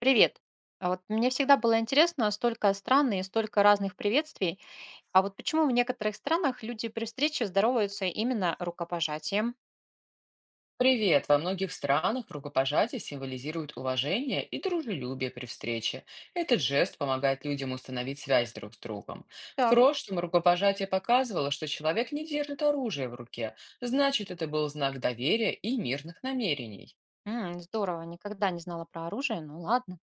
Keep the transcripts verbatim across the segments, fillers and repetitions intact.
Привет. А вот мне всегда было интересно, столько стран и столько разных приветствий. А вот почему в некоторых странах люди при встрече здороваются именно рукопожатием? Привет! Во многих странах рукопожатие символизирует уважение и дружелюбие при встрече. Этот жест помогает людям установить связь друг с другом. В Так. прошлом рукопожатие показывало, что человек не держит оружие в руке, значит, это был знак доверия и мирных намерений. М, здорово, никогда не знала про оружие, ну ладно.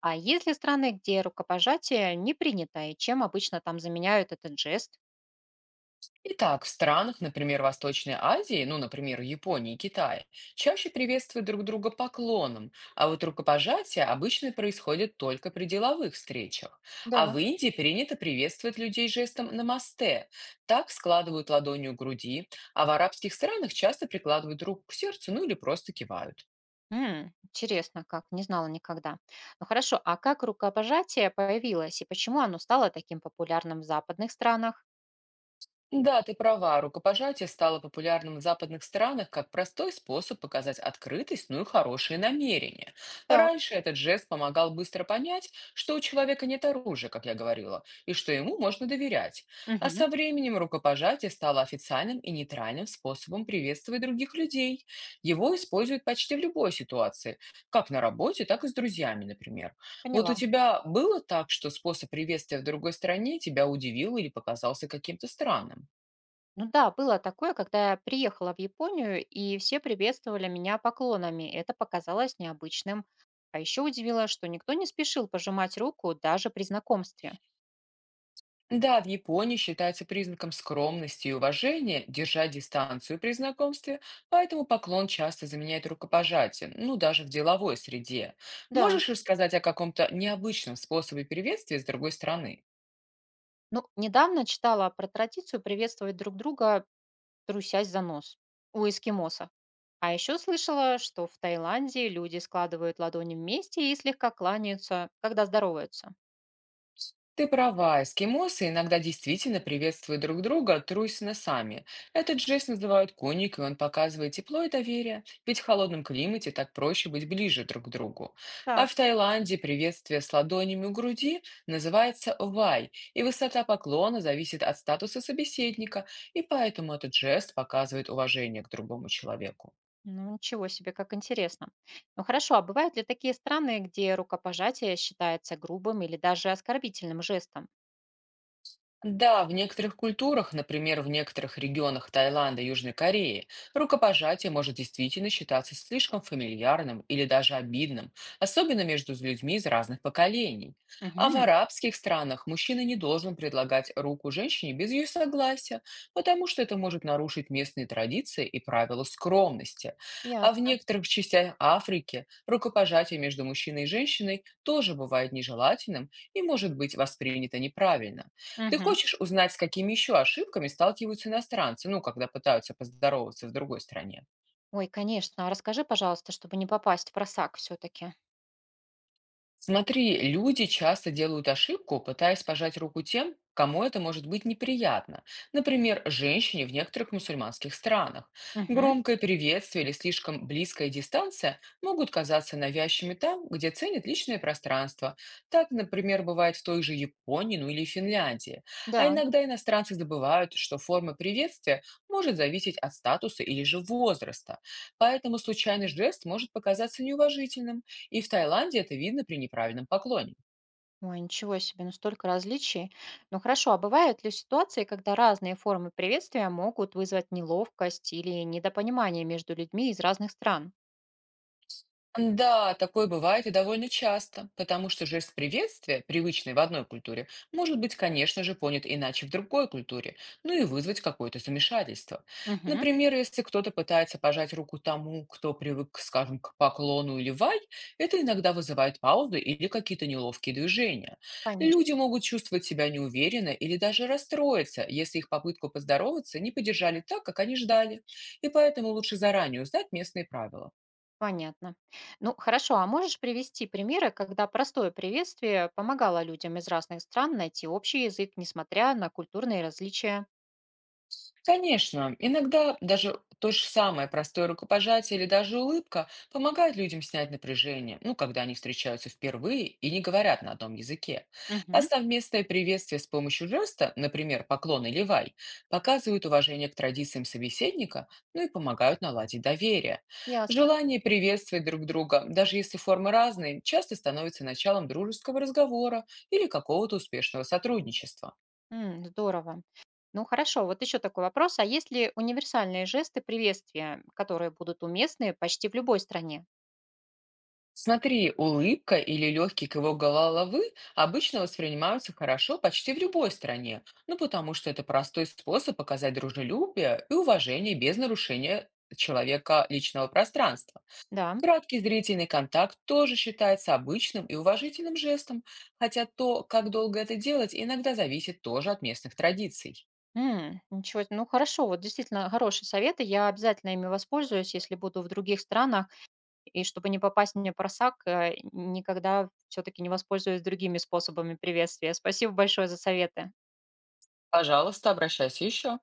А есть ли страны, где рукопожатие не принято, и чем обычно там заменяют этот жест? Итак, в странах, например, Восточной Азии, ну, например, Японии и Китае, чаще приветствуют друг друга поклоном, а вот рукопожатие обычно происходит только при деловых встречах. А Да. в Индии принято приветствовать людей жестом «намасте». Так складывают ладонью у груди, а в арабских странах часто прикладывают руку к сердцу, ну или просто кивают. М, интересно, как, не знала никогда. Ну хорошо, а как рукопожатие появилось и почему оно стало таким популярным в западных странах? Да, ты права, рукопожатие стало популярным в западных странах как простой способ показать открытость, ну и хорошие намерения. Так. Раньше этот жест помогал быстро понять, что у человека нет оружия, как я говорила, и что ему можно доверять. А Мгм, со временем рукопожатие стало официальным и нейтральным способом приветствовать других людей. Его используют почти в любой ситуации, как на работе, так и с друзьями, например. Вот у поняла. тебя было так, что способ приветствия в другой стране тебя удивил или показался каким-то странным? Ну да, было такое, когда я приехала в Японию, и все приветствовали меня поклонами. Это показалось необычным. А еще удивило, что никто не спешил пожимать руку даже при знакомстве. Да, в Японии считается признаком скромности и уважения держать дистанцию при знакомстве, поэтому поклон часто заменяет рукопожатие, ну даже в деловой среде. Да. Можешь рассказать о каком-то необычном способе приветствия с другой стороны? Ну, недавно читала про традицию приветствовать друг друга, трусясь за нос у эскимосов. А еще слышала, что в Таиланде люди складывают ладони вместе и слегка кланяются, когда здороваются. Ты права, эскимосы иногда действительно приветствуют друг друга трусь сами. Этот жест называют коник, и он показывает тепло и доверие, ведь в холодном климате так проще быть ближе друг к другу. А Так. в Таиланде приветствие с ладонями у груди называется вай, и высота поклона зависит от статуса собеседника, и поэтому этот жест показывает уважение к другому человеку. Ну, ничего себе, как интересно. Ну хорошо, а бывают ли такие страны, где рукопожатие считается грубым или даже оскорбительным жестом? Да, в некоторых культурах, например, в некоторых регионах Таиланда и Южной Кореи, рукопожатие может действительно считаться слишком фамильярным или даже обидным, особенно между людьми из разных поколений. А в Мгм. арабских странах мужчина не должен предлагать руку женщине без ее согласия, потому что это может нарушить местные традиции и правила скромности. А в Ясно. некоторых частях Африки рукопожатие между мужчиной и женщиной тоже бывает нежелательным и может быть воспринято неправильно. Ты Мгм. хочешь узнать, с какими еще ошибками сталкиваются иностранцы, ну, когда пытаются поздороваться в другой стране? Ой, конечно. А расскажи, пожалуйста, чтобы не попасть в просак все-таки. Смотри, люди часто делают ошибку, пытаясь пожать руку тем, кому это может быть неприятно. Например, женщине в некоторых мусульманских странах. Громкое приветствие или слишком близкая дистанция могут казаться навязчивыми там, где ценят личное пространство. Так, например, бывает в той же Японии, ну или Финляндии. А Да. иногда иностранцы забывают, что форма приветствия может зависеть от статуса или же возраста. Поэтому случайный жест может показаться неуважительным. И в Таиланде это видно при неправильном поклоне. Ой, ничего себе, ну столько различий. Ну хорошо, а бывают ли ситуации, когда разные формы приветствия могут вызвать неловкость или недопонимание между людьми из разных стран? Да, такое бывает и довольно часто, потому что жест приветствия, привычный в одной культуре, может быть, конечно же, понят иначе в другой культуре, ну и вызвать какое-то замешательство. Мгм. Например, если кто-то пытается пожать руку тому, кто привык, скажем, к поклону или вай, это иногда вызывает паузу или какие-то неловкие движения. Конечно. Люди могут чувствовать себя неуверенно или даже расстроиться, если их попытку поздороваться не поддержали так, как они ждали, и поэтому лучше заранее узнать местные правила. Понятно. Ну, хорошо, а можешь привести примеры, когда простое приветствие помогало людям из разных стран найти общий язык, несмотря на культурные различия? Конечно, иногда даже то же самое простое рукопожатие или даже улыбка помогают людям снять напряжение, ну, когда они встречаются впервые и не говорят на одном языке. А Мгм. совместное приветствие с помощью жеста, например, поклон или вай, показывают уважение к традициям собеседника, ну и помогают наладить доверие. Ясно. Желание приветствовать друг друга, даже если формы разные, часто становится началом дружеского разговора или какого-то успешного сотрудничества. М, здорово. Ну, хорошо, вот еще такой вопрос. А есть ли универсальные жесты приветствия, которые будут уместны почти в любой стране? Смотри, улыбка или легкий кивок головы обычно воспринимаются хорошо почти в любой стране, ну потому что это простой способ показать дружелюбие и уважение без нарушения человека личного пространства. Да. Краткий зрительный контакт тоже считается обычным и уважительным жестом, хотя то, как долго это делать, иногда зависит тоже от местных традиций. М, ничего, с- Ну хорошо, вот действительно хорошие советы, я обязательно ими воспользуюсь, если буду в других странах. И чтобы не попасть мне просак, э, никогда все-таки не воспользуюсь другими способами приветствия. Спасибо большое за советы. Пожалуйста, обращайся еще.